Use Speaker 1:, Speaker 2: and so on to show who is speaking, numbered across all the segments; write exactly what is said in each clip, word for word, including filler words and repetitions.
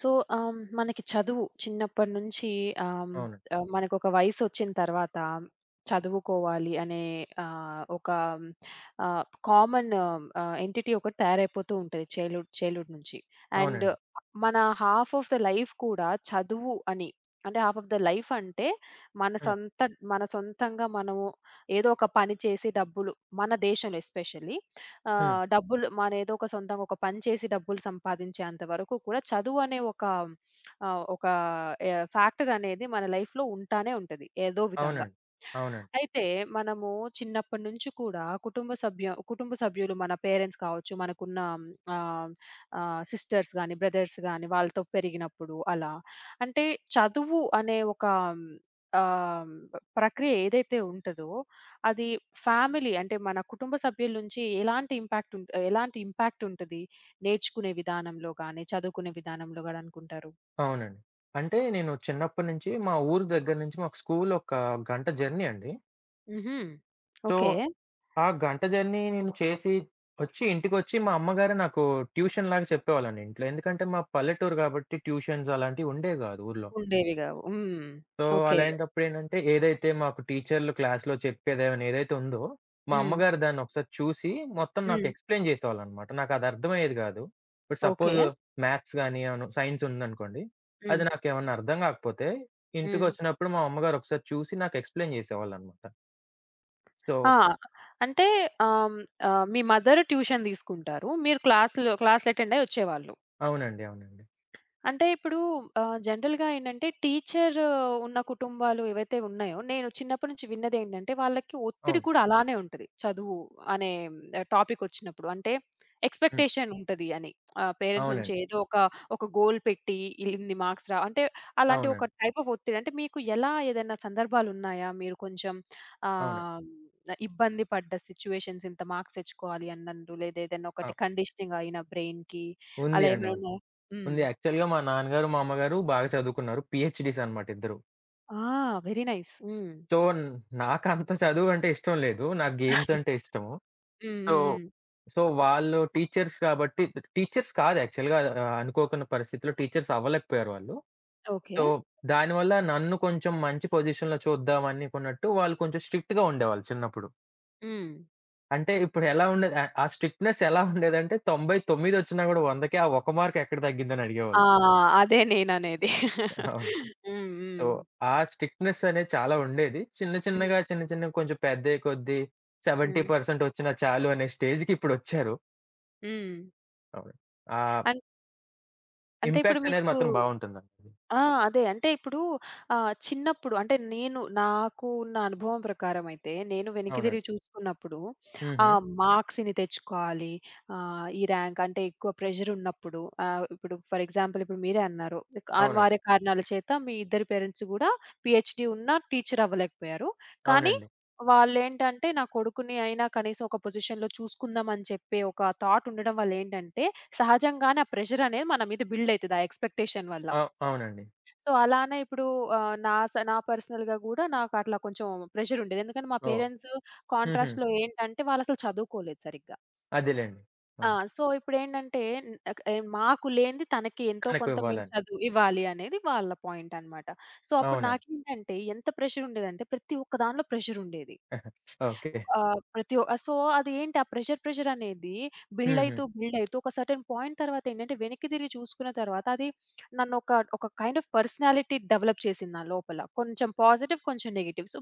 Speaker 1: So, ఆహ్, మనకి చదువు చిన్నప్పటి నుంచి ఆహ్,
Speaker 2: అవును.
Speaker 1: ఆహ్, మనకొక వయసొచ్చిన తర్వాత చదువుకోవాలి అనే ఆహ్, ఒక ఆహ్, కామన్ ఆహ్, ఎంటిటీ ఒకటి తయారైపోతూ ఉంటది చైల్డ్‌హుడ్ చైల్డ్‌హుడ్ నుంచి. అండ్
Speaker 2: అవునండి.
Speaker 1: మన హాఫ్ ఆఫ్ ద లైఫ్ కూడా చదువు అని. అంటే హాఫ్ ఆఫ్ ద లైఫ్ అంటే మన
Speaker 2: హ్మ్.
Speaker 1: సొంత మన సొంతంగా మనము ఏదో ఒక పని చేసి డబ్బులు మన దేశంలో ఎస్పెషల్లీ
Speaker 2: హ్మ్.
Speaker 1: ఆహ్, డబ్బులు మనేదో ఒక సొంతంగా ఒక పని చేసి డబ్బులు సంపాదించేంత వరకు కూడా చదువు అనే ఒక ఆహ్, ఒక ఆహ్, ఫ్యాక్టర్ అనేది మన లైఫ్‌లో ఉంటానే ఉంటది ఏదో విధంగా.
Speaker 2: అవునండి. అవునండి.
Speaker 1: అయితే మనము చిన్నప్పటి నుంచి కూడా కుటుంబ సభ్య కుటుంబ సభ్యులు మన పేరెంట్స్ కావచ్చు, మనకున్న ఆహ్, ఆహ్, సిస్టర్స్ గాని, బ్రదర్స్ గాని వాళ్ళతో పెరిగినప్పుడు అలా. అంటే చదువు అనే ఒక ఆహ్, ప్రక్రియ ఏదైతే ఉంటదో అది ఫ్యామిలీ అంటే మన కుటుంబ సభ్యుల నుంచి ఎలాంటి ఇంపాక్ట్ ఉంట్ ఎలాంటి ఇంపాక్ట్ ఉంటది? నేర్చుకునే విధానంలో గాని, చదువుకునే విధానంలో గాని అనుకుంటారు?
Speaker 2: అవునండి. అంటే నేను చిన్నప్పటి నుంచి మా ఊరు దగ్గర నుంచి మాకు స్కూల్ ఒక గంట జర్నీ అండి.
Speaker 1: హుహు.
Speaker 2: So,
Speaker 1: okay.
Speaker 2: ఆ గంట జర్నీ నేను చేసి వచ్చి ఇంటికొచ్చి మా అమ్మగారు నాకు ట్యూషన్ లాగా చెప్పేవాళ్ళండి ఇంట్లో. ఎందుకంటే మా పల్లెటూరు కాబట్టి ట్యూషన్స్ అలాంటివి ఉండేవి కాదు ఊర్లో.
Speaker 1: ఉండేవి గావు. హ్మ్.
Speaker 2: So,
Speaker 1: okay.
Speaker 2: అలాంటప్పుడేంటంటే, ఏదైతే మాకు టీచర్లు క్లాస్‌లో చెప్పేదేమైనా ఏదైతే ఉందో, మా
Speaker 1: హ్మ్.
Speaker 2: అమ్మగారు దాన్ని ఒకసారి చూసి, మొత్తం నాకు
Speaker 1: హ్మ్.
Speaker 2: ఎక్స్‌ప్లెయిన్ చేసేవాళ్ళనమాట. నాకది అర్థమయ్యేది గాదు. ఇప్పుడు
Speaker 1: ఓకే.
Speaker 2: సపోజ్ మ్యాథ్స్ గాని, అవును సైన్స్ ఉందనుకోండి, అది
Speaker 1: హ్మ్.
Speaker 2: నాకేమన్నా అర్థం గాకపోతే,
Speaker 1: హ్మ్.
Speaker 2: ఇంటికొచ్చినప్పుడు మా అమ్మగారు ఒకసారి చూసి నాకు ఎక్స్‌ప్లెయిన్ చేసేవాళ్ళనమాట. సో.
Speaker 1: ఆ! అంటే ఆహ్, హ్మ్, ఆహ్, మీ మదర్ ట్యూషన్ తీసుకుంటారు. మీరు క్లాస్‌లో క్లాస్‌లు అటెండ్ అయ్యి వచ్చేవాళ్ళు.
Speaker 2: అవునండి. అవునండి.
Speaker 1: అంటే ఇప్పుడు ఆహ్, జనరల్‌గా ఏంటంటే టీచర్ ఉన్న కుటుంబాలు ఏవైతే ఉన్నాయో, నేను చిన్నప్పటి నుంచి విన్నదేంటంటే, వాళ్ళకి ఒత్తిడి
Speaker 2: అవును.
Speaker 1: కూడా అలానే ఉంటది చదువు అనే ఆహ్, టాపిక్ వచ్చినప్పుడు. అంటే
Speaker 2: హ్మ్.
Speaker 1: ఎక్స్‌పెక్టేషన్ ఉంటది అని. ఆహ్, పేరెంట్స్ నుంచి
Speaker 2: అవునండి.
Speaker 1: ఏదో ఒక, ఒక గోల్ పెట్టి ఇన్ని మార్క్స్ రా అంటే అలాంటి
Speaker 2: అవునండి.
Speaker 1: ఒక టైప్ ఆఫ్ ఒత్తిడి. అంటే మీకు ఎలా ఏదైనా సందర్భాలున్నాయా? మీరు కొంచెం
Speaker 2: అవునండి.
Speaker 1: ఆహ్, ఇబ్బంది పడ్డ సిట్యుయేషన్స్, ఇంత మార్క్స్ తెచ్చుకోవాలి అన్నందు, లేదా ఏదైనా
Speaker 2: ఆ!
Speaker 1: ఒకటి కండిషనింగ్ అయిన బ్రెయిన్‌కి
Speaker 2: ఉంది
Speaker 1: అలా
Speaker 2: అండి.
Speaker 1: ఏమైనా
Speaker 2: ఉంది.
Speaker 1: ఉన్నాయా? హ్మ్.
Speaker 2: ఉంది. యాక్చువల్‌గా మా నాన్నగారు, మా అమ్మగారు బాగా చదువుకున్నారు. పీహెచ్‌డీస్ అనమాట ఇద్దరు.
Speaker 1: ఆ! Very nice. హ్మ్.
Speaker 2: సో, నాకంత చదువంటే ఇష్టం లేదు. నాకు గేమ్స్ అంటే ఇష్టము.
Speaker 1: హ్మ్.
Speaker 2: సో,
Speaker 1: హ్మ్. హ్మ్.
Speaker 2: సో, వాళ్ళు టీచర్స్ కాబట్టి టీచర్స్ కాదు యాక్చువల్‌గా ఆహ్, అనుకోకున్న పరిస్థితిలో టీచర్స్ అవ్వలేకపోయారు వాళ్ళు.
Speaker 1: ఓకే.
Speaker 2: సో, దానివల్ల నన్ను కొంచెం మంచి పొజిషన్‌లో చూద్దాం అనుకున్నట్టు వాళ్ళు కొంచెం స్ట్రిక్ట్‌గా ఉండేవాళ్ళు చిన్నప్పుడు.
Speaker 1: హ్మ్.
Speaker 2: అంటే ఇప్పుడు ఎలా ఉండేది ఆహ్, ఆ స్ట్రిక్ట్‌నెస్ ఎలా ఉండేదంటే తొంభై తొమ్మిది వచ్చినా గూడా వందకి ఆ ఒక్క మార్క్ ఎక్కడ తగ్గిద్దని
Speaker 1: ఆ!
Speaker 2: అడిగేవాళ్ళు.
Speaker 1: అదే నేననేది.
Speaker 2: అవును.
Speaker 1: హ్మ్.
Speaker 2: సో,
Speaker 1: హ్మ్.
Speaker 2: ఆ స్ట్రిక్ట్‌నెస్ అనేది చాలా ఉండేది. చిన్న
Speaker 1: హ్మ్.
Speaker 2: చిన్నగా, చిన్న చిన్నగా కొంచెం పెద్దయ్యే కొద్దీ
Speaker 1: హ్మ్.
Speaker 2: డెబ్భై శాతం ఒచ్చినా చాలు అనే స్టేజ్‌కి ఇప్పుడొచ్చారు.
Speaker 1: హ్మ్.
Speaker 2: అవును. ఆ
Speaker 1: అన్ అంటే ఇప్పుడు
Speaker 2: ఇంపాక్ట్ అనేది
Speaker 1: మీకు
Speaker 2: మాత్రం బావుంటుందండి.
Speaker 1: ఆ! అదే. అంటే ఇప్పుడు ఆహ్, చిన్నప్పుడు అంటే నేను, నాకు ఉన్న అనుభవం ప్రకారం అయితే, నేను వెనక్కి
Speaker 2: అవునండి.
Speaker 1: తిరిగి చూసుకున్నప్పుడు
Speaker 2: హుహు.
Speaker 1: ఆహ్, మార్క్స్ ఇన్ని తెచ్చుకోవాలి, ఆహ్, ఈ ర్యాంక్ అంటే ఎక్కువ ప్రెషర్ ఉన్నప్పుడు. ఆహ్, ఇప్పుడు ఫర్ ఎగ్జాంపుల్ ఇప్పుడు మీరే అన్నారు
Speaker 2: అవునండి.
Speaker 1: అనివార్య కారణాల చేత మీ ఇద్దరి పేరెంట్స్ గూడా పీహెచ్‌డీ ఉన్నా టీచర్ అవ్వలేకపోయారు. కానీ
Speaker 2: అవునండి.
Speaker 1: వాళ్ళేంటంటే నా కొడుకుని అయినా కనీసం ఒక పొజిషన్‌లో చూసుకుందాం అని చెప్పే ఒక థాట్ ఉండడం వల్ల ఏంటంటే, సహజంగానే ఆ ప్రెషర్ అనేది మన మీద బిల్డ్ అయితది ఆ ఎక్స్‌పెక్టేషన్ వల్ల.
Speaker 2: అవ్ అవునండి.
Speaker 1: సో, అలానే ఇప్పుడు ఆహ్, నా స నా పర్సనల్‌గా గూడా నాకట్లా కొంచెం ప్రెషరుండేది. ఎందుకంటే మా
Speaker 2: ఓహ్!
Speaker 1: పేరెంట్స్
Speaker 2: హుహు.
Speaker 1: కాంట్రాస్ట్‌లో ఏంటంటే వాళ్ళసలు చదువుకోలేదు సరిగ్గా.
Speaker 2: అదేలెండి.
Speaker 1: ఆ!
Speaker 2: అవును.
Speaker 1: సో, ఇప్పుడేంటంటే న్ ఆక్ ఎ మాకు లేనిది తనకి ఎంతో
Speaker 2: తనకు
Speaker 1: కొంత మేము
Speaker 2: ఇవ్వాలని.
Speaker 1: చదువు ఇవ్వాలి అనేది వాళ్ళ పాయింటనమాట. సో, అప్పుడు
Speaker 2: అవునండి.
Speaker 1: నాకేంటంటే ఎంత ప్రెషరుండేదంటే ప్రతి ఒక్క దానిలో ప్రెషరుండేది.
Speaker 2: ఓకే.
Speaker 1: ఆహ్, ప్రతి ఒ సో, అదేంటి ఆ ప్రెషర్, ప్రెషర్ అనేది బిల్డ్
Speaker 2: హుహు.
Speaker 1: అయితూ, బిల్డ్ అయితూ ఒక సర్టెన్ పాయింట్ తర్వాత ఏంటంటే వెనక్కి తిరిగి చూసుకున్న తర్వాత అది నన్నొక ఒక కైండ్ ఆఫ్ పర్సనాలిటీ డెవలప్ చేసింది నా లోపల. కొంచెం పాజిటివ్, కొంచెం నెగెటివ్. So,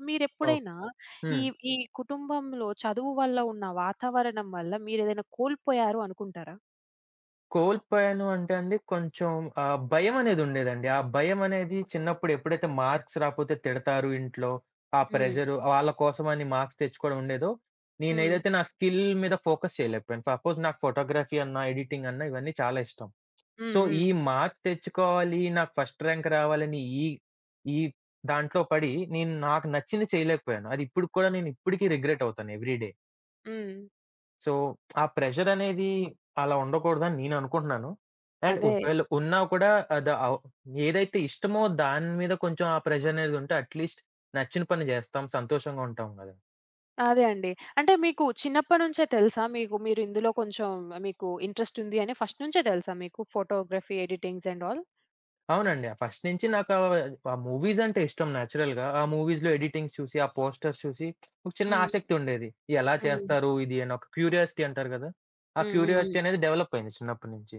Speaker 2: okay.
Speaker 1: మీరెప్పుడైనా
Speaker 2: హ్మ్.
Speaker 1: ఈ ఈ కుటుంబంలో చదువు వల్ల ఉన్న వాతావరణం వల్ల మీరేదైనా కోల్పోయారు అనుకుంటారా?
Speaker 2: కోల్పోయాను అంటే అండి కొంచెం ఆహ్, భయమనేదుండేదండి. ఆ భయమనేది చిన్నప్పుడు ఎప్పుడైతే మార్క్స్ రాపోతే తిడతారు ఇంట్లో. ఆ
Speaker 1: హ్మ్.
Speaker 2: ప్రెషరు వాళ్ళ కోసమని మార్క్స్ తెచ్చుకోవడం ఉండేదో,
Speaker 1: హ్మ్.
Speaker 2: నేనేదైతే నా స్కిల్ మీద ఫోకస్ చేయలేకపోయాను. సపోజ్ నాకు ఫోటోగ్రఫీ అన్నా, ఎడిటింగ్ అన్నా ఇవన్నీ చాలా ఇష్టం. సో,
Speaker 1: హ్మ్.
Speaker 2: ఈ
Speaker 1: హ్మ్.
Speaker 2: మార్క్స్ తెచ్చుకోవాలి, నాకు ఫస్ట్ ర్యాంక్ రావాలని ఈ ఈ దాంట్లో పడి నేను నాకు నచ్చింది చేయలేకపోయాను. అది ఇప్పటికి కూడా నేను ఇప్పటికి రిగ్రెట్ అవుతాను ఎవ్రీ డే.
Speaker 1: హ్మ్.
Speaker 2: సో, ఆ ప్రెషరనేది అలా ఉండకూడదని నేననుకుంటున్నాను. అండ్
Speaker 1: అదే.
Speaker 2: ఒకవేళ ఉన్నా కూడా అద అవ్ ఏదైతే ఇష్టమో దాని మీద కొంచెం ఆ ప్రెషరనేది ఉంటే అట్‌లీస్ట్ నచ్చిన పని జేస్తాం. సంతోషంగా ఉంటాం గదా!
Speaker 1: అదే అండి. అంటే మీకు చిన్నప్పటి నుంచే తెలుసా? మీకు మీరు ఇందులో కొంచెం మీకు ఇంట్రెస్ట్ ఉంది అని ఫస్ట్ నుంచే తెలుసా మీకు? Photography, editings and all.
Speaker 2: అవునండి. ఫస్ట్ నుంచి నాకు ఆ మూవీస్ అంటే ఇష్టం నేచురల్‌గా. ఆ మూవీస్‌లో ఎడిటింగ్స్ చూసి, ఆ పోస్టర్స్ చూసి ఒక చిన్న
Speaker 1: హ్మ్.
Speaker 2: ఆసక్తి ఉండేది. ఎలా
Speaker 1: హ్మ్.
Speaker 2: చేస్తారు ఇది అని ఒక క్యూరియాసిటీ అంటారు గదా! ఆ
Speaker 1: హ్మ్. హ్మ్.
Speaker 2: క్యూరియాసిటీ అనేది డెవలప్ అయింది చిన్నప్పటి నుంచి.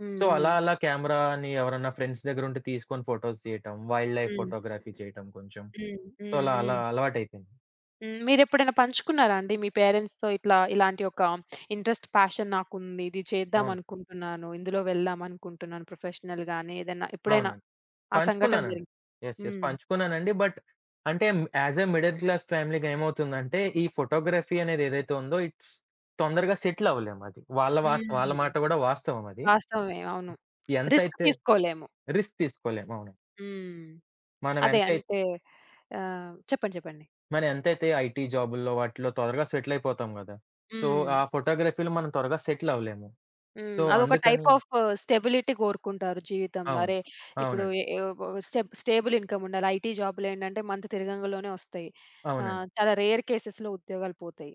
Speaker 1: హ్మ్.
Speaker 2: సో,
Speaker 1: హ్మ్.
Speaker 2: అలా అలా కెమెరాని ఎవరన్నా ఫ్రెండ్స్ దగ్గరుంటే తీసుకొని ఫోటోస్ తీయటం, వైల్డ్ లైఫ్
Speaker 1: హ్మ్.
Speaker 2: ఫోటోగ్రఫీ చేయటం కొంచెం.
Speaker 1: హ్మ్.
Speaker 2: సో,
Speaker 1: హ్మ్.
Speaker 2: అలా అలా
Speaker 1: హ్మ్.
Speaker 2: అలవాటయిపోయింది.
Speaker 1: హ్మ్. మీరెప్పుడైనా పంచుకున్నారా అండి? మీ పేరెంట్స్‌తో ఇట్లా ఇలాంటి ఒక ఇంట్రెస్ట్, ప్యాషన్ నాకుంది, ఇది చేద్దాం
Speaker 2: అవును.
Speaker 1: అనుకుంటున్నాను, ఇందులో వెళ్దాం అనుకుంటున్నాను ప్రొఫెషనల్‌గా అని ఏదైనా ఎప్పుడైనా
Speaker 2: అవునండి.
Speaker 1: ఆ సంఘటన
Speaker 2: పంచుకున్నానండి.
Speaker 1: జరిగి?
Speaker 2: యెస్. యెస్.
Speaker 1: హ్మ్.
Speaker 2: పంచుకున్నానండి. బట్ అంటే యాస్ ఎ మిడిల్ క్లాస్ ఫ్యామిలీ‌గా ఏమవుతుందంటే, ఈ ఫోటోగ్రఫీ అనేది ఏదైతే ఉందో ఇట్స్ తొందరగా సెటిల్ అవ్వలేము అది. వాళ్ళ వాస్ వాళ్ళ
Speaker 1: హ్మ్.
Speaker 2: మాట గూడా వాస్తవం అది.
Speaker 1: వాస్తవమే. అవును. రిస్క్
Speaker 2: ఎంతైతే
Speaker 1: తీసుకోలేము.
Speaker 2: రిస్క్ తీసుకోలేము. అవును.
Speaker 1: హ్మ్.
Speaker 2: మనం
Speaker 1: అదే
Speaker 2: ఎంతై
Speaker 1: అంటే ఆహ్, చెప్పండి. చెప్పండి.
Speaker 2: మనం ఎంతైతే ఐటీ జాబుల్లో వాటిలో త్వరగా సెటిల్ అయిపోతాం గదా! సో,
Speaker 1: హ్మ్.
Speaker 2: ఆ ఫోటోగ్రఫీలో మనం త్వరగా సెటిల్ అవ్వలేము. సో,
Speaker 1: హ్మ్. అదొక టైప్
Speaker 2: అందుకని
Speaker 1: ఆఫ్ స్టెబిలిటీ కోరుకుంటారు జీవితంలో.
Speaker 2: అవును.
Speaker 1: అరే! ఇప్పుడు
Speaker 2: అవునండి.
Speaker 1: ఎ యొ స్టెబ్ స్టేబుల్ ఇన్‌కమ్ ఉండాలి. ఐటీ జాబ్‌లేంటంటే మంత్ తిరగంగలోనే వస్తాయి. ఆహ్,
Speaker 2: అవునండి.
Speaker 1: చాలా రేర్ కేసెస్‌లో ఉద్యోగాలు పోతాయి.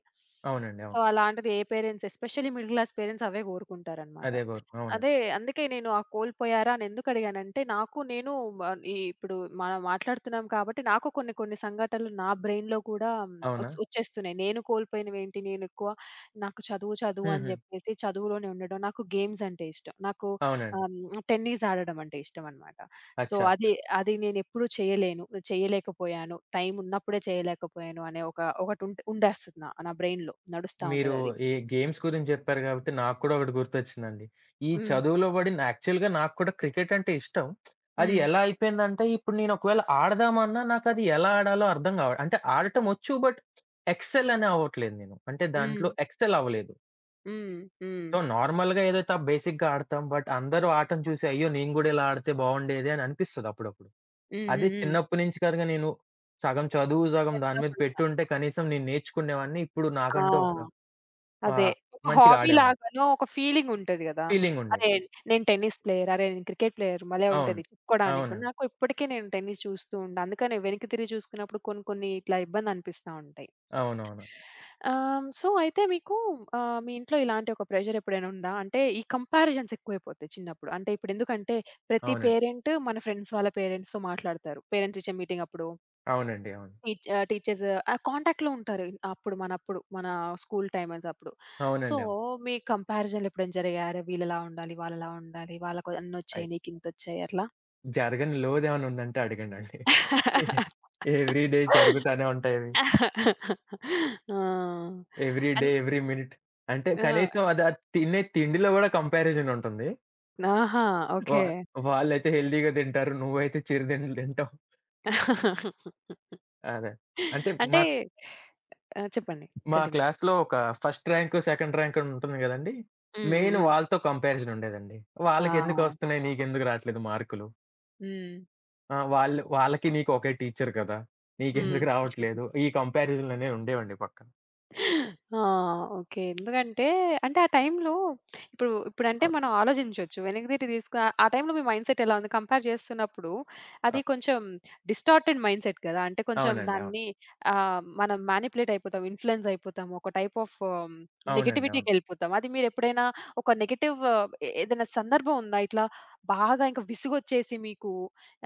Speaker 2: అవునండి.
Speaker 1: సో,
Speaker 2: అవును.
Speaker 1: అలాంటిది ఏ parents especially middle class parents అవే కోరుకుంటారనమాట.
Speaker 2: అదే గౌరవం. అవునండి.
Speaker 1: అదే, అందుకే నేను ఆ కోల్పోయారా అని ఎందుకు అడిగానంటే, నాకు నేను ఆహ్, ఈ ఇప్పుడు మనం మాట్లాడుతున్నాం కాబట్టి నాకు కొన్ని కొన్ని సంఘటనలు నా బ్రెయిన్‌లో కూడా
Speaker 2: అవునా?
Speaker 1: వచ్ వచ్చేస్తున్నాయి. నేను కోల్పోయినవేంటి? నేనెక్కువ నాకు చదువు చదువు అని
Speaker 2: హుహు.
Speaker 1: జెప్పేసి చదువులోనే ఉండడం. నాకు గేమ్స్ అంటే ఇష్టం. నాకు
Speaker 2: అవునండి.
Speaker 1: ఆహ్, టెన్నిస్ ఆడడం అంటే ఇష్టమనమాట. సో,
Speaker 2: అచ్చా!
Speaker 1: అది
Speaker 2: అచ్చా!
Speaker 1: అది నేనెప్పుడు చేయలేను, చేయలేకపోయాను. టైం ఉన్నప్పుడే చేయలేకపోయాను అనే ఒక ఒకటుంట్ ఉండేస్తది నా నా బ్రెయిన్‌లో, నడుస్తా
Speaker 2: మీరు
Speaker 1: ఉంటదది.
Speaker 2: ఈ గేమ్స్ గురించి జెప్పారు గాబట్టి నాకు కూడా ఒకటి గుర్తొచ్చిందండి. ఈ
Speaker 1: హ్మ్.
Speaker 2: చదువులో పడిన యాక్చువల్‌గా నాకు కూడా క్రికెట్ అంటే ఇష్టం. అది
Speaker 1: హ్మ్.
Speaker 2: ఎలా అయిపోయిందంటే ఇప్పుడు నేను ఒకవేళ ఆడదామన్నా నాకది ఎలా ఆడాలో అర్థం గావ అంటే ఆడటం ఒచ్చు బట్ ఎక్సెల్ అని అవ్వట్లేదు నేను. అంటే
Speaker 1: హ్మ్.
Speaker 2: దాంట్లో ఎక్సెల్ అవ్వలేదు.
Speaker 1: హ్మ్. హ్మ్.
Speaker 2: సో, నార్మల్‌గా ఏదైతే ఆ బేసిక్‌గా ఆడతాం. బట్ అందరూ ఆటను చూసి అయ్యో! నేను గూడా ఇలా ఆడితే బావుండేది అని అనిపిస్తది అప్పుడప్పుడు.
Speaker 1: హ్మ్.
Speaker 2: అదే
Speaker 1: హ్మ్. హ్మ్.
Speaker 2: చిన్నప్పటి నుంచి కనుక నేను సగం చదువు, సగం దాని
Speaker 1: ఎంతో
Speaker 2: మీద
Speaker 1: కొంత.
Speaker 2: పెట్టుంటే కనీసం నేను నేర్చుకునేవాడిని. ఇప్పుడు
Speaker 1: ఆ!
Speaker 2: నాకంటూ ఒక
Speaker 1: అదే.
Speaker 2: ఆహ్,
Speaker 1: ఒక
Speaker 2: మంచిగా
Speaker 1: హాబీ
Speaker 2: ఆడేవాడిని.
Speaker 1: లాగానో ఒక ఫీలింగ్ ఉంటది గదా!
Speaker 2: ఫీలింగుండేది.
Speaker 1: అరే! నేను టెన్నిస్ ప్లేయర్, అరే! నేను క్రికెట్ ప్లేయర్ భలే
Speaker 2: అవును.
Speaker 1: ఉంటది చెప్పుకోవడానికి కూడా.
Speaker 2: అవునండి.
Speaker 1: నాకు ఇప్పటికీ నేను టెన్నిస్ చూస్తూ ఉంటా. అందుకనే వెనక్కి తిరిగి చూసుకున్నప్పుడు కొన్ని కొన్ని ఇట్లా ఇబ్బంది అనిపిస్తా ఉంటాయి.
Speaker 2: అవునవును.
Speaker 1: ఆహ్, సో, అయితే మీకు ఆహ్, మీ ఇంట్లో ఇలాంటి ఒక ప్రెషర్ ఎప్పుడైనా ఉందా? అంటే ఈ కంపారిజన్స్ ఎక్కువైపోతాయి చిన్నప్పుడు. అంటే ఇప్పుడు ఎందుకంటే ప్రతి
Speaker 2: అవునండి.
Speaker 1: పేరెంట్ మన ఫ్రెండ్స్ వాళ్ళ పేరెంట్స్‌తో మాట్లాడతారు, పేరెంట్స్ టీచర్ మీటింగ్ అప్పుడు.
Speaker 2: అవునండి. అవును.
Speaker 1: టీచ్ ఆహ్, టీచర్స్ ఆ కాంటాక్ట్‌లో ఉంటారు అప్పుడు మనప్పుడు మన స్కూల్ టైమర్స్ అప్పుడు. సో,
Speaker 2: అవునండి. అవును.
Speaker 1: మీ కంపారిజన్‌లు ఎప్పుడైనా జరిగాయి? అరే! వీళ్ళలా ఉండాలి, వాళ్ళలా ఉండాలి, వాళ్ళకి
Speaker 2: అయి
Speaker 1: అన్నొచ్చాయి, నీకింతొచ్చాయి అట్లా?
Speaker 2: జరగని లోదేమన్నా ఉందంటే అడగండండి. ఎవ్రీ డే జరుగుతానే ఉంటాయవి.
Speaker 1: ఆ!
Speaker 2: Every day,
Speaker 1: and
Speaker 2: every minute. అంటే
Speaker 1: ఆ!
Speaker 2: కనీసం అది ఆ తినే తిండిలో గూడా కంపారిజన్ ఉంటుంది.
Speaker 1: ఆహా!
Speaker 2: వా
Speaker 1: ఓకే.
Speaker 2: వాళ్ళైతే హెల్తీగా తింటారు. నువ్వైతే చిరు తిండ్లు తింటావు. అదే. అంటే
Speaker 1: అంటే
Speaker 2: మా
Speaker 1: ఆ! చెప్పండి.
Speaker 2: మా
Speaker 1: కంటిన్యూ.
Speaker 2: క్లాస్‌లో ఒక ఫస్ట్ ర్యాంక్, సెకండ్ ర్యాంక్ అని ఉంటుంది గదండీ!
Speaker 1: హ్మ్. హ్మ్.
Speaker 2: మెయిన్
Speaker 1: హ్మ్.
Speaker 2: వాళ్ళతో కంపారిజన్ ఉండేదండి.
Speaker 1: ఆ!
Speaker 2: వాళ్ళకెందుకొస్తున్నాయి? నీకెందుకు రాట్లేదు మార్కులు?
Speaker 1: హ్మ్.
Speaker 2: ఆహ్, వాళ్ళు వాళ్ళకి నీకు ఒకే టీచర్ కదా!
Speaker 1: హ్మ్.
Speaker 2: నీకెందుకు రావట్లేదు? ఈ కంపారిజన్‌లనేవి ఉండేవండి పక్కన.
Speaker 1: ఆ! ఓకే. ఎందుకంటే, అంటే ఆ టైంలో, ఇప్పుడు ఇప్పుడంటే
Speaker 2: అవును.
Speaker 1: మనం ఆలోచించొచ్చు, వెనక్కి తిరిగి తీసుకు. ఆ టైంలో మీ మైండ్‌సెట్ ఎలా ఉంది కంపేర్ చేస్తున్నప్పుడు? అది
Speaker 2: అ!
Speaker 1: కొంచెం డిస్టార్టెడ్ మైండ్‌సెట్ కదా! అంటే కొంచెం
Speaker 2: అవునండి. అవును.
Speaker 1: దాన్ని ఆహ్, మనం మానిప్యులేట్ అయిపోతాం, ఇన్‌ఫ్లూయెన్స్ అయిపోతాం. ఒక టైప్ ఆఫ్
Speaker 2: అవునండి. అవును.
Speaker 1: నెగటివిటీకెళ్ళిపోతాం. అది మీరెప్పుడైనా ఒక నెగెటివ్ ఏ ఏదైనా సందర్భం ఉందా? ఇట్లా బాగా ఇంక విసుగొచ్చేసి మీకు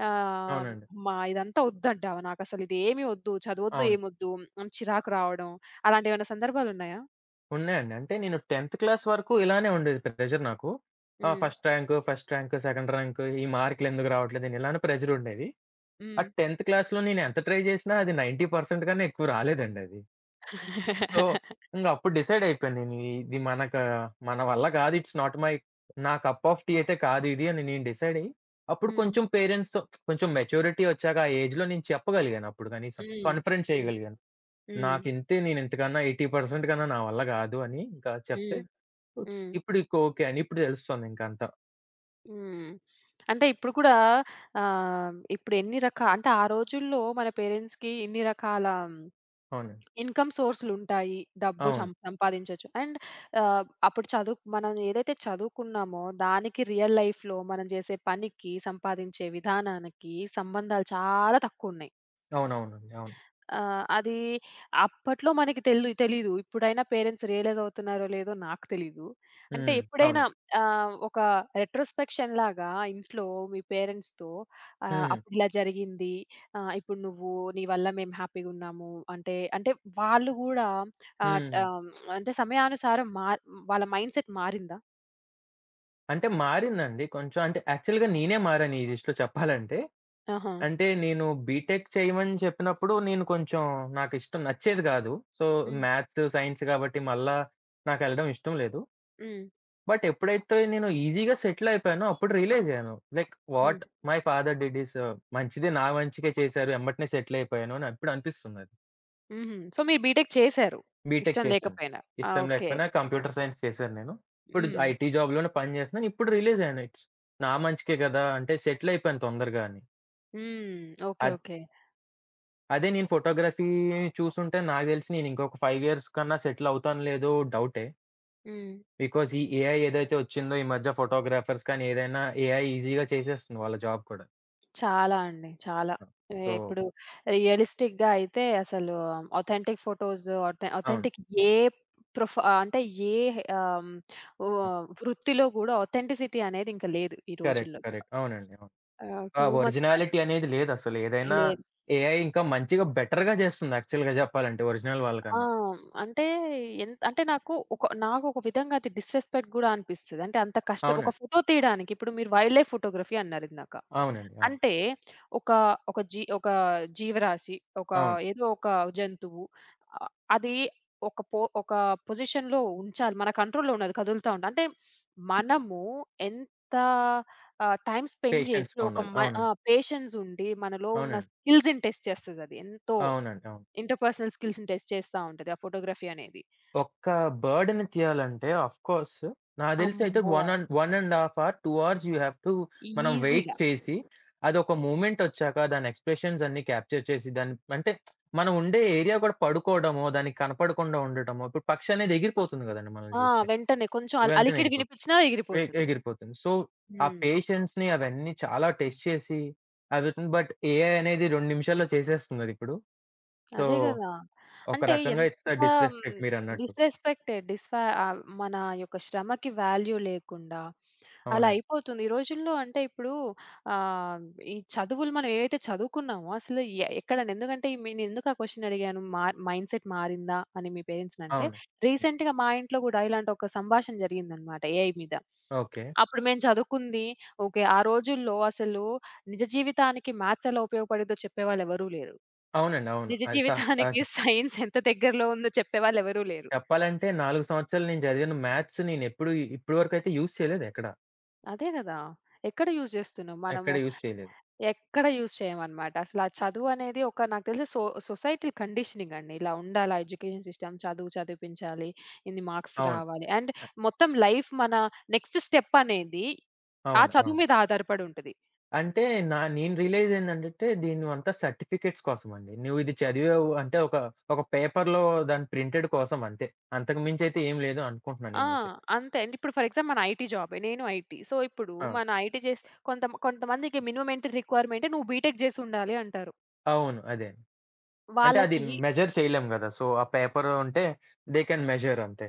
Speaker 1: ఆహ్,
Speaker 2: అవునండి.
Speaker 1: అమ్మా! ఇదంతా వద్దంటావా, నాకసలు ఇదేమీ వద్దు, చదవొద్దు,
Speaker 2: అవును.
Speaker 1: ఏమొద్దు అని చిరాకు రావడం. అలాంటివేమైనా సందర్భాలున్నాయా?
Speaker 2: ఉన్నాయండి. అంటే నేను 10థ్ క్లాస్ వరకు ఇలానే ఉండేది ప్రెషర్ నాకు. ఆ!
Speaker 1: హ్మ్.
Speaker 2: First rank, first rank, second rank ఈ మార్కులెందుకు రావట్లేదు? అని ఇలానే ప్రెషరుండేది. ఆ
Speaker 1: హ్మ్.
Speaker 2: 10థ్ క్లాస్‌లో నేను ఎంత ట్రై జేసినా అది తొంభై శాతం కన్నా ఎక్కువ రాలేదండి అది. సో, ఇంగప్పుడు డిసైడ్ అయిపోయాను నేను. ఇ- ఇది మనక మన వల్ల కాదు. ఇట్స్ నాట్ మై నా కప్ ఆఫ్ టీ అయితే కాదు ఇది అని నేను డిసైడ్ అయ్యి, అప్పుడు
Speaker 1: హ్మ్.
Speaker 2: కొంచెం పేరెంట్స్‌తో కొంచెం మెచ్యూరిటీ వచ్చాక ఆ ఏజ్‌లో నేను చెప్పగలిగాను అప్పుడు కనీసం.
Speaker 1: హ్మ్.
Speaker 2: కన్ఫరెన్స్
Speaker 1: హ్మ్.
Speaker 2: చేయగలిగాను.
Speaker 1: హ్మ్.
Speaker 2: నాకింతే నేను ఇంతకన్నా ఎనభై శాతం కన్నా నా వల్ల కాదు అని ఇంకా చెప్తే,
Speaker 1: హ్మ్.
Speaker 2: ఇట్స్
Speaker 1: హ్మ్.
Speaker 2: ఇప్పుడు ఇక ఓకే అని ఇప్పుడు తెలుస్తుంది ఇంక అంతా.
Speaker 1: హ్మ్. అంటే ఇప్పుడు కూడా ఆహ్, ఇప్పుడు ఎన్ని రకా అంటే ఆ రోజుల్లో మన పేరెంట్స్‌కి ఇన్ని రకాల
Speaker 2: అవునండి.
Speaker 1: ఇన్‌కమ్ సోర్స్‌లుంటాయి, డబ్బు
Speaker 2: అవును.
Speaker 1: సం సంపాదించొచ్చు. అండ్ ఆహ్, అప్పుడు చదువు మనం ఏదైతే చదువుకున్నామో దానికి రియల్ లైఫ్‌లో మనం చేసే పనికి, సంపాదించే విధానానికి సంబంధాలు చాలా తక్కువున్నాయి.
Speaker 2: అవునవునండి. అవును.
Speaker 1: ఆ! అది అప్పట్లో మనకి తెలు తెలీదు. ఇప్పుడైనా పేరెంట్స్ రియలైజ్ అవుతున్నారో లేదో నాకు తెలీదు. అంటే
Speaker 2: హ్మ్.
Speaker 1: ఎప్పుడైనా
Speaker 2: అవునండి.
Speaker 1: ఆహ్, ఒక రెట్రోస్పెక్షన్ లాగా ఇంట్లో మీ పేరెంట్స్‌తో ఆహ్,
Speaker 2: హ్మ్.
Speaker 1: అప్పుడు ఇలా జరిగింది, ఆహ్, ఇప్పుడు నువ్వు, నీ వల్ల మేము హ్యాపీగున్నాము, అంటే అంటే వాళ్ళు గూడా ఆహ్, ట
Speaker 2: హ్మ్.
Speaker 1: ఆమ్, అంటే సమయానుసారం మా వాళ్ళ మైండ్‌సెట్ మారిందా?
Speaker 2: అంటే మారిందండి కొంచెం. అంటే యాక్చువల్‌గా నేనే మారాను ఈ విషయంలో చెప్పాలంటే.
Speaker 1: ఆహా!
Speaker 2: అంటే నేను బీటెక్ చేయమని చెప్పినప్పుడు నేను కొంచెం నాకిష్టం నచ్చేది కాదు. సో,
Speaker 1: హ్మ్.
Speaker 2: మ్యాథ్స్, సైన్స్ కాబట్టి మళ్ళా నాకెళ్ళడం ఇష్టం లేదు.
Speaker 1: హ్మ్.
Speaker 2: బట్ ఎప్పుడైతే నేను ఈజీగా సెటిల్ అయిపోయానో అప్పుడు రియలైజ్ అయ్యాను. Like
Speaker 1: hmm.
Speaker 2: What my father did is మంచిదే నా మంచికే చేశారు. ఎంబటనే సెటిల్ అయిపోయాను అని ఇప్పుడు అనిపిస్తుందది.
Speaker 1: హుహు. సో, మీరు బీటెక్ చేశారు
Speaker 2: బీటెక్
Speaker 1: ఇష్టం
Speaker 2: చేశాను.
Speaker 1: లేకపోయినా. ఆ!
Speaker 2: ఇష్టం
Speaker 1: ఓకే.
Speaker 2: లేకపోయినా కంప్యూటర్ సైన్స్ చేశాను నేను. ఇప్పుడు
Speaker 1: హ్మ్.
Speaker 2: ఐటీ జాబ్‌లోనే పని చేస్తున్నాను. ఇప్పుడు రియలైజ్ అయ్యాను. ఇట్స్ నా మంచికే కదా! అంటే సెటిల్ అయిపోయాను తొందరగా అని.
Speaker 1: హ్మ్. ఓకే.
Speaker 2: అద్
Speaker 1: ఓకే.
Speaker 2: అదే నేను ఫోటోగ్రఫీ చూసుంటే నాకు తెలిసి నేను ఇంకొక ఐదు ఇయర్స్ కన్నా సెటిల్ అవుతానో లేదో డౌటే.
Speaker 1: హ్మ్.
Speaker 2: బికాజ్ ఈ ఏఐ ఏదైతే వచ్చిందో ఈ మధ్య ఫోటోగ్రాఫర్స్ కానీ ఏదైనా ఏఐ ఈజీగా చేసేస్తుంది వాళ్ళ జాబ్ కూడా.
Speaker 1: చాలా అండి. చాలా.
Speaker 2: ఆ!
Speaker 1: ఏ
Speaker 2: సో,
Speaker 1: ఇప్పుడు రియలిస్టిక్‌గా అయితే అసలు ఆథెంటిక్ ఫోటోస్, ఆథె
Speaker 2: అవును.
Speaker 1: ఆథెంటిక్ ఏ ప్రొఫ అంటే ఏ ఆహ్, ఓ
Speaker 2: అవును.
Speaker 1: వృత్తిలో గూడా ఆథెంటిసిటీ అనేది ఇంక లేదు ఈ
Speaker 2: కరెక్ట్.
Speaker 1: రోజుల్లో.
Speaker 2: కరెక్ట్. అవునండి. అవును.
Speaker 1: ఆహ్,
Speaker 2: ఆ
Speaker 1: టూ మచ్ అన్
Speaker 2: ఒరిజినాలిటీ అనేది లేదసలు. ఏదైనా
Speaker 1: లేదు.
Speaker 2: ఏఐ ఇంకా మంచిగా బెటర్‌గా చేస్తుంది యాక్చువల్‌గా చెప్పాలంటే ఒరిజినల్
Speaker 1: ఆ!
Speaker 2: వాళ్ళకన్నా.
Speaker 1: అంటే ఎంత్ అంటే నాకు ఒక, నాకొక విధంగా అది డిస్‌రెస్పెక్ట్ గూడా అనిపిస్తది. అంటే అంత కష్టం ఒక
Speaker 2: అవునండి.
Speaker 1: ఫోటో తీయడానికి. ఇప్పుడు మీరు వైల్డ్ లైఫ్ ఫోటోగ్రఫీ అన్నారిందాక.
Speaker 2: అవునండి. అవును.
Speaker 1: అంటే ఒక ఒక జీ ఒక జీవరాశి, ఒక
Speaker 2: అవును.
Speaker 1: ఏదో ఒక జంతువు ఆహ్, అది ఒక పో ఒక పొజిషన్‌లో ఉంచాలి మన కంట్రోల్‌లో, ఉన్నది కదులుతా ఉంటే. అంటే మనము ఎంత ఆహ్, టైమ్ స్పెండ్ జేసి
Speaker 2: పేషెన్స్‌గా
Speaker 1: ఒక
Speaker 2: ఉండాలి.
Speaker 1: మ ఆ!
Speaker 2: అవునండి.
Speaker 1: పేషెన్స్ ఉండి మనలో ఉన్న
Speaker 2: అవునండి.
Speaker 1: స్కిల్స్‌ని టెస్ట్ చేస్తదది ఎంతో.
Speaker 2: అవునండి. అవును.
Speaker 1: ఇంటర్‌పర్సనల్ స్కిల్స్‌ని టెస్ట్ చేస్తా ఉంటది ఆ ఫోటోగ్రఫీ అనేది.
Speaker 2: ఒక్క బర్డ్‌ని తీయాలంటే ఆఫ్‌కోర్స్ నాకు తెలిసయితే
Speaker 1: అమ్మో!
Speaker 2: ఒకటి అండ్ ఒకటి ½ అవర్, రెండు అవర్స్ యూ హావ్ టు మనం వెయిట్
Speaker 1: ఈజీగా.
Speaker 2: చేసి, అదొక మూమెంట్ ఒచ్చాక దాని ఎక్స్‌ప్రెషన్స్ అన్నీ క్యాప్చర్ చేసి దాన్ని అంటే మనం ఉండే ఏరియా కూడా పడుకోవడమో, దానికి కనపడకుండా ఉండటమో, ఇప్పుడు పక్షి అనేది ఎగిరిపోతుంది గదండీ మనల్ని
Speaker 1: ఆ!
Speaker 2: చూస్తే.
Speaker 1: వెంటనే కొంచెం అల్
Speaker 2: వెంటనే
Speaker 1: అలికిడి
Speaker 2: ఎగిరిపోతుంది.
Speaker 1: వినిపించినా
Speaker 2: ఎ
Speaker 1: ఎగిరిపోతది.
Speaker 2: ఎగిరిపోతుంది. సో, ఆ
Speaker 1: హ్మ్.
Speaker 2: పేషెన్స్‌ని అవన్నీ చాలా టెస్ట్ చేసి అవిటిని బట్ ఏఐ అనేది రెండు నిమిషాల్లో చేసేస్తుందదిప్పుడు. సో,
Speaker 1: అదే గదా!
Speaker 2: ఒక
Speaker 1: అంటే
Speaker 2: రకంగా
Speaker 1: ఎంత
Speaker 2: ఇట్స్ అ
Speaker 1: హ్మ్,
Speaker 2: డిస్‌రెస్పెక్ట్ మీరన్నట్టు.
Speaker 1: డిస్‌రెస్పెక్టెడ్ డిస్‌వా ఆహ్, మన యొక్క శ్రమకి వాల్యూ లేకుండా అలా
Speaker 2: అవునండి.
Speaker 1: అయిపోతుంది ఈ రోజుల్లో. అంటే ఇప్పుడు ఆహ్, ఈ చదువులు మనం ఏవైతే చదువుకున్నామో అసలు ఎ ఎక్కడని. ఎందుకంటే మీ నేనెందుకు ఆ క్వెషన్ అడిగాను మా మైండ్‌సెట్ మారిందా అని మీ పేరెంట్స్‌నంటే,
Speaker 2: అవును. హ్మ్.
Speaker 1: రీసెంట్‌గా మా ఇంట్లో గూడా ఇలాంటి ఒక సంభాషణ జరిగిందనమాట ఏఐ మీద.
Speaker 2: ఓకే.
Speaker 1: అప్పుడు మేము చదువుకుంది ఓకే. ఆ రోజుల్లో అసలు నిజ జీవితానికి మ్యాథ్స్ ఎలా ఉపయోగపడిద్దో చెప్పేవాళ్ళెవరూ లేరు.
Speaker 2: అవునండి. అవును.
Speaker 1: నిజ
Speaker 2: అది సహ
Speaker 1: జీవితానికి
Speaker 2: సహజం.
Speaker 1: సైన్స్ ఎంత దగ్గరలో ఉందో చెప్పేవాళ్ళెవరూ లేరు.
Speaker 2: చెప్పాలంటే నాలుగు సంవత్సరాలు నేను చదివిన మ్యాథ్స్ నేనెప్పుడు ఇప్పటి వరకైతే యూజ్ చేయలేదు ఎక్కడ.
Speaker 1: అదే గదా! ఎక్కడ యూజ్ జేస్తున్నాం?
Speaker 2: ఎక్కడ
Speaker 1: మనము
Speaker 2: యూజ్ చేయలేదు.
Speaker 1: ఎక్కడ యూజ్ చేయమనమాట. అసలు ఆ చదువు అనేది ఒక, నాకు తెలిసి సో సొసైటల్ కండిషనింగ్ అండి. ఇలా ఉండాలా ఎడ్యుకేషన్ సిస్టమ్, చదువు చదివిపించాలి, ఇన్ని మార్క్స్
Speaker 2: అవును.
Speaker 1: రావాలి. అండ్
Speaker 2: అ
Speaker 1: మొత్తం లైఫ్ మన నెక్స్ట్ స్టెప్ అనేది ఆ
Speaker 2: అవును.
Speaker 1: చదువు
Speaker 2: అవును.
Speaker 1: మీద ఆధారపడి ఉంటది.
Speaker 2: అంటే నా నేను రియలైజ్ ఏందంటే దీనివంతా సర్టిఫికేట్స్ కోసమండి. నువ్వు ఇది చదివావు అంటే ఒక, ఒక పేపర్‌లో దాని ప్రింటెడ్ కోసం అంతే. అంతకు మించైతే ఏం లేదు అనుకుంటున్నా
Speaker 1: ఆ!
Speaker 2: నేనైతే.
Speaker 1: అంతే అండి. ఇప్పుడు ఫర్ ఎగ్జాంపుల్ మన ఐటీ జాబే. నేను ఐటీ. సో, ఇప్పుడు
Speaker 2: ఆ!
Speaker 1: మన ఐటీ చేసి కొంత కొంతమందికి మినిమమ్ ఎంట్రీ రిక్వైర్‌మెంటే నువ్వు బీటెక్ జేసి ఉండాలి అంటారు.
Speaker 2: అవును. అదే. అంటే అది
Speaker 1: వాళ్ళకి
Speaker 2: మెజర్ చేయలేం గదా! సో, ఆ పేపర్ ఉంటే దే కెన్ మెజర్ అంతే.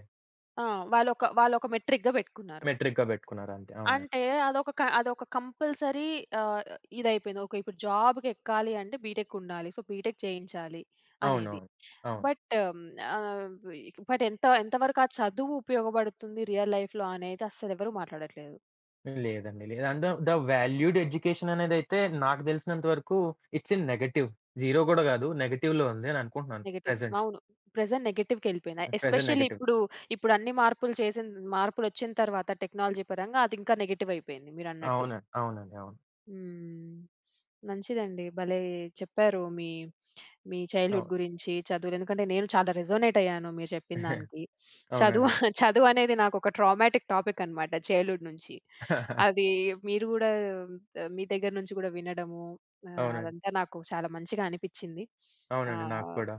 Speaker 1: ఆ! వాళ్ళొక వాళ్ళొక మెట్రిక్‌గా పెట్టుకున్నారు.
Speaker 2: మెట్రిక్‌గా పెట్టుకున్నారు అంతే. అవునండి.
Speaker 1: అంటే అదొక క అదొక కంపల్సరీ ఆహ్, ఇదయిపోయింది. ఓకే. ఇప్పుడు జాబ్‌కెక్కాలి అంటే బీటెక్ ఉండాలి. సో, బీటెక్ చేయించాలి అనేది.
Speaker 2: అవునవును. అవును. అవును.
Speaker 1: బట్ ఆహ్, బట్ ఎంత ఎంత వరకు ఆ చదువు ఉపయోగపడుతుంది రియల్ లైఫ్‌లో అనేది అస్సలెవరూ మాట్లాడట్లేదు.
Speaker 2: లేదండి. లేదు. అంటే ద వాల్యూడ్ ఎడ్యుకేషన్ అనేదైతే నాకు తెలిసినంత వరకు ఇట్స్ ఇన్ నెగెటివ్. జీరో గూడా గాదు. నెగెటివ్‌లో ఉంది అని అనుకుంటున్నాను.
Speaker 1: నెగెటివ్.
Speaker 2: ప్రెజెంట్.
Speaker 1: అవును. ప్రెజెంట్ నెగెటివ్‌కెళ్ళిపోయింది.
Speaker 2: Present
Speaker 1: especially
Speaker 2: negative.
Speaker 1: ఇప్పుడు ఇప్పుడు అన్ని మార్పులు చేసిన మార్పులొచ్చిన తర్వాత టెక్నాలజీ పరంగా అది ఇంకా నెగెటివ్ అయిపోయింది మీరన్నట్టు.
Speaker 2: అవునండి. అవునండి. అవును.
Speaker 1: హ్మ్. మంచిదండి. భలే చెప్పారు మీ, మీ చైల్డ్‌హుడ్
Speaker 2: అవును.
Speaker 1: గురించి, చదువులు. ఎందుకంటే నేను చాలా రెసొనేట్ అయ్యాను మీరు చెప్పిన దానికి. చదువు
Speaker 2: అవునండి.
Speaker 1: చదువనేది నాకొక ట్రామాటిక్ టాపిక్ అనమాట చైల్డ్‌హుడ్ నుంచి. అది మీరు గూడా ఆహ్, మీ దగ్గర నుంచి గూడా వినడము ఆహ్,
Speaker 2: అవునండి.
Speaker 1: అదంతా నాకు చాలా మంచిగా అనిపిచ్చింది.
Speaker 2: అవునండి. నాకు
Speaker 1: ఆహ్,
Speaker 2: కూడా.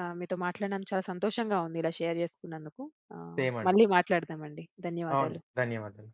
Speaker 1: ఆహ్, మీతో మాట్లాడడం చాలా సంతోషంగా ఉంది ఇలా షేర్ జేసుకున్నందుకు. ఆహ్,
Speaker 2: సేమ్ అండి.
Speaker 1: మళ్ళీ మాట్లాడదామండి.
Speaker 2: అవును.
Speaker 1: ధన్యవాదాలు.
Speaker 2: ధన్యవాదాలు.